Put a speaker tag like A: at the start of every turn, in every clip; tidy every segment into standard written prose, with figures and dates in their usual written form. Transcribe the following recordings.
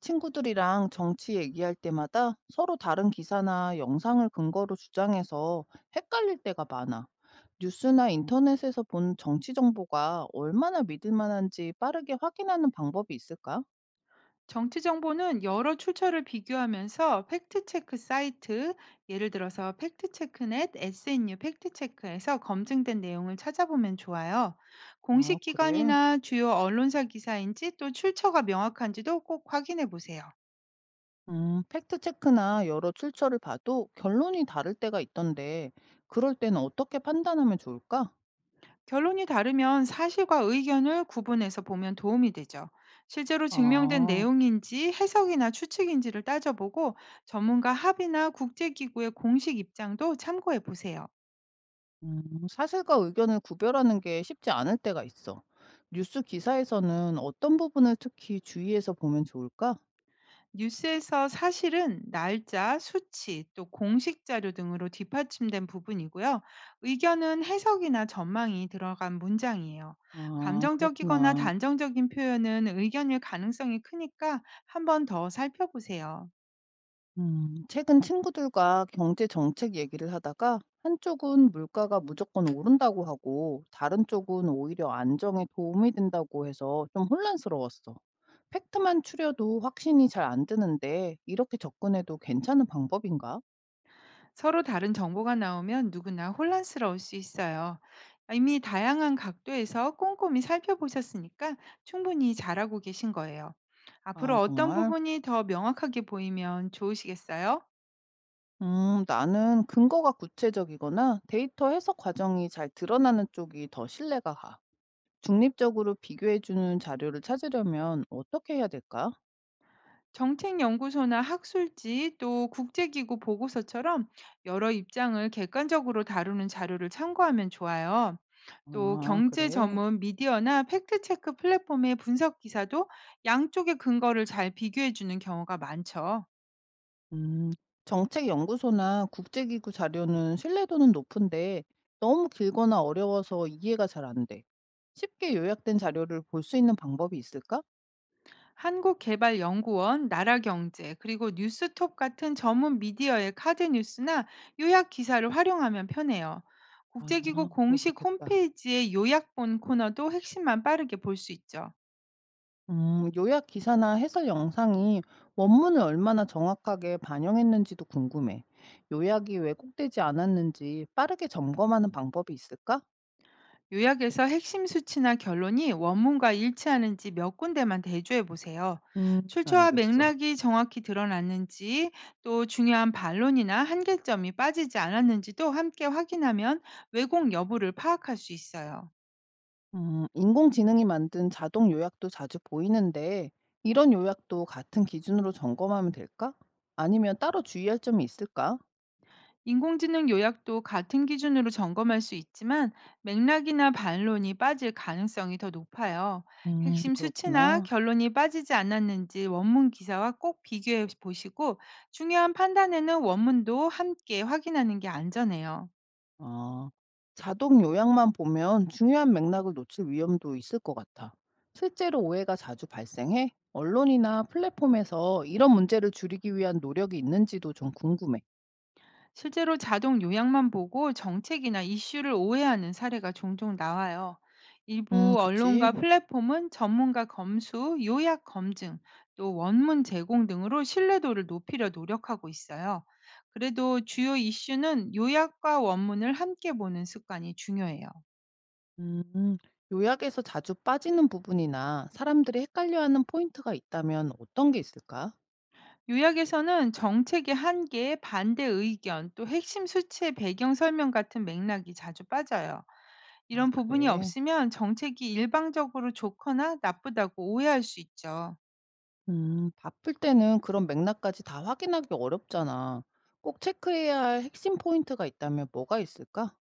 A: 친구들이랑 정치 얘기할 때마다 서로 다른 기사나 영상을 근거로 주장해서 헷갈릴 때가 많아. 뉴스나 인터넷에서 본 정치 정보가 얼마나 믿을 만한지 빠르게 확인하는 방법이 있을까?
B: 정치 정보는 여러 출처를 비교하면서 팩트체크 사이트, 예를 들어서 팩트체크넷, SNU 팩트체크에서 검증된 내용을 찾아보면 좋아요.
A: 아,
B: 공식
A: 그래.
B: 기관이나 주요 언론사 기사인지 또 출처가 명확한지도 꼭 확인해 보세요.
A: 팩트체크나 여러 출처를 봐도 결론이 다를 때가 있던데, 그럴 때는 어떻게 판단하면 좋을까?
B: 결론이 다르면 사실과 의견을 구분해서 보면 도움이 되죠. 실제로 증명된
A: 아,
B: 내용인지 해석이나 추측인지를 따져보고 전문가 합의나 국제기구의 공식 입장도 참고해 보세요.
A: 음, 사실과 의견을 구별하는 게 쉽지 않을 때가 있어. 뉴스 기사에서는 어떤 부분을 특히 주의해서 보면 좋을까?
B: 뉴스에서 사실은 날짜, 수치, 또 공식 자료 등으로 뒷받침된 부분이고요. 의견은 해석이나 전망이 들어간 문장이에요.
A: 아,
B: 감정적이거나
A: 그렇구나.
B: 단정적인 표현은 의견일 가능성이 크니까 한 번 더 살펴보세요.
A: 최근 친구들과 경제 정책 얘기를 하다가 한쪽은 물가가 무조건 오른다고 하고 다른 쪽은 오히려 안정에 도움이 된다고 해서 좀 혼란스러웠어. 팩트만 추려도 확신이 잘 안 드는데 이렇게 접근해도 괜찮은 방법인가?
B: 서로 다른 정보가 나오면 누구나 혼란스러울 수 있어요. 이미 다양한 각도에서 꼼꼼히 살펴보셨으니까 충분히 잘하고 계신 거예요.
A: 아,
B: 앞으로 어떤
A: 정말?
B: 부분이 더 명확하게 보이면 좋으시겠어요?
A: 나는 근거가 구체적이거나 데이터 해석 과정이 잘 드러나는 쪽이 더 신뢰가 가. 중립적으로 비교해주는 자료를 찾으려면 어떻게 해야 될까?
B: 정책연구소나 학술지 또 국제기구 보고서처럼 여러 입장을 객관적으로 다루는 자료를 참고하면 좋아요. 또
A: 아,
B: 경제
A: 그래.
B: 전문 미디어나 팩트체크 플랫폼의 분석 기사도 양쪽의 근거를 잘 비교해 주는 경우가 많죠.
A: 음, 정책연구소나 국제기구 자료는 신뢰도는 높은데 너무 길거나 어려워서 이해가 잘 안 돼. 쉽게 요약된 자료를 볼 수 있는 방법이 있을까?
B: 한국개발연구원, 나라경제, 그리고 뉴스톱 같은 전문 미디어의 카드 뉴스나 요약 기사를 활용하면 편해요.
A: 아,
B: 국제기구
A: 그거
B: 공식
A: 좋겠다.
B: 홈페이지의 요약본 코너도 핵심만 빠르게 볼 수 있죠.
A: 요약 기사나 해설 영상이 원문을 얼마나 정확하게 반영했는지도 궁금해. 요약이 왜곡되지 않았는지 빠르게 점검하는 방법이 있을까?
B: 요약에서 핵심 수치나 결론이 원문과 일치하는지 몇 군데만 대조해 보세요. 출처와
A: 알겠어.
B: 맥락이 정확히 드러났는지, 또 중요한 반론이나 한계점이 빠지지 않았는지도 함께 확인하면 왜곡 여부를 파악할 수 있어요.
A: 인공지능이 만든 자동 요약도 자주 보이는데, 이런 요약도 같은 기준으로 점검하면 될까? 아니면 따로 주의할 점이 있을까?
B: 인공지능 요약도 같은 기준으로 점검할 수 있지만 맥락이나 반론이 빠질 가능성이 더 높아요. 핵심 수치나
A: 그렇구나.
B: 결론이 빠지지 않았는지 원문 기사와 꼭 비교해 보시고 중요한 판단에는 원문도 함께 확인하는 게 안전해요.
A: 아, 자동 요약만 보면 중요한 맥락을 놓칠 위험도 있을 것 같아. 실제로 오해가 자주 발생해 언론이나 플랫폼에서 이런 문제를 줄이기 위한 노력이 있는지도 좀 궁금해.
B: 실제로 자동 요약만 보고 정책이나 이슈를 오해하는 사례가 종종 나와요. 일부
A: 그치.
B: 언론과 플랫폼은 전문가 검수, 요약 검증, 또 원문 제공 등으로 신뢰도를 높이려 노력하고 있어요. 그래도 주요 이슈는 요약과 원문을 함께 보는 습관이 중요해요.
A: 음, 요약에서 자주 빠지는 부분이나 사람들이 헷갈려하는 포인트가 있다면 어떤 게 있을까?
B: 요약에서는 정책의 한계, 반대 의견, 또 핵심 수치의 배경 설명 같은 맥락이 자주 빠져요.
A: 아,
B: 이런 부분이
A: 그래.
B: 없으면 정책이 일방적으로 좋거나 나쁘다고 오해할 수 있죠.
A: 바쁠 때는 그런 맥락까지 다 확인하기 어렵잖아. 꼭 체크해야 할 핵심 포인트가 있다면 뭐가 있을까?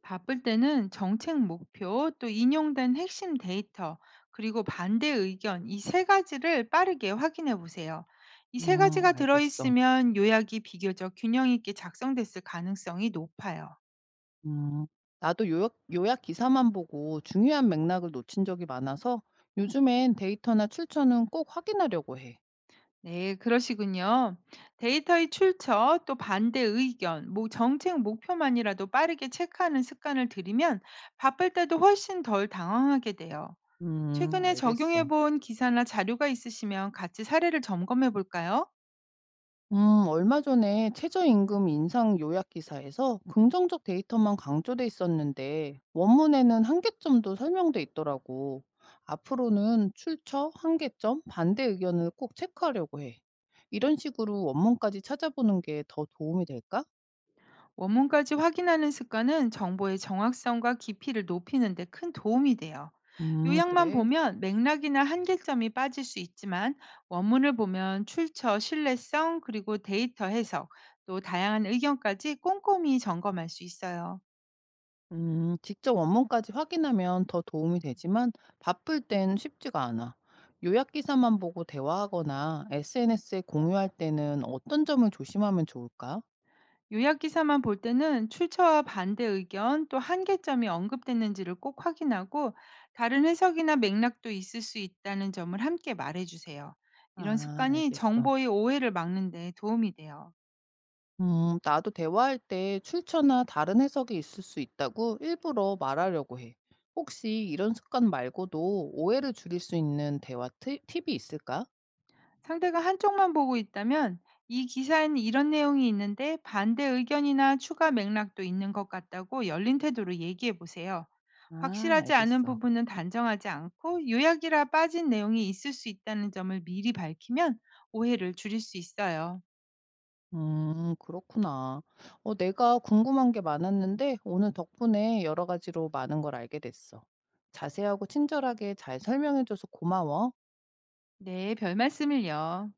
B: 바쁠 때는 정책 목표, 또 인용된 핵심 데이터, 그리고 반대 의견 이 세 가지를 빠르게 확인해 보세요. 이 세
A: 음,
B: 가지가
A: 알겠어.
B: 들어있으면 요약이 비교적 균형 있게 작성됐을 가능성이 높아요.
A: 음. 나도 요약 기사만 보고 중요한 맥락을 놓친 적이 많아서 요즘엔 데이터나 출처는 꼭 확인하려고 해.
B: 네, 그러시군요. 데이터의 출처, 또 반대 의견, 뭐 정책 목표만이라도 빠르게 체크하는 습관을 들이면 바쁠 때도 훨씬 덜 당황하게 돼요. 최근에 적용해
A: 알겠어.
B: 본 기사나 자료가 있으시면 같이 사례를 점검해 볼까요?
A: 음, 얼마 전에 최저임금 인상 요약 기사에서 긍정적 데이터만 강조돼 있었는데 원문에는 한계점도 설명돼 있더라고. 앞으로는 출처, 한계점, 반대 의견을 꼭 체크하려고 해. 이런 식으로 원문까지 찾아보는 게 더 도움이 될까?
B: 원문까지 확인하는 습관은 정보의 정확성과 깊이를 높이는 데 큰 도움이 돼요. 요약만
A: 그래.
B: 보면 맥락이나 한계점이 빠질 수 있지만 원문을 보면 출처, 신뢰성, 그리고 데이터 해석, 또 다양한 의견까지 꼼꼼히 점검할 수 있어요.
A: 직접 원문까지 확인하면 더 도움이 되지만 바쁠 땐 쉽지가 않아. 요약 기사만 보고 대화하거나 SNS에 공유할 때는 어떤 점을 조심하면 좋을까?
B: 요약 기사만 볼 때는 출처와 반대 의견 또 한계점이 언급됐는지를 꼭 확인하고 다른 해석이나 맥락도 있을 수 있다는 점을 함께 말해주세요. 이런
A: 아,
B: 습관이
A: 알겠어.
B: 정보의 오해를 막는 데 도움이 돼요.
A: 나도 대화할 때 출처나 다른 해석이 있을 수 있다고 일부러 말하려고 해. 혹시 이런 습관 말고도 오해를 줄일 수 있는 대화 팁, 팁이 있을까?
B: 상대가 한쪽만 보고 있다면 이 기사에는 이런 내용이 있는데 반대 의견이나 추가 맥락도 있는 것 같다고 열린 태도로 얘기해 보세요.
A: 아,
B: 확실하지 않은
A: 알겠어.
B: 부분은 단정하지 않고 요약이라 빠진 내용이 있을 수 있다는 점을 미리 밝히면 오해를 줄일 수 있어요.
A: 그렇구나. 어, 내가 궁금한 게 많았는데 오늘 덕분에 여러 가지로 많은 걸 알게 됐어. 자세하고 친절하게 잘 설명해줘서 고마워.
B: 네, 별 말씀을요.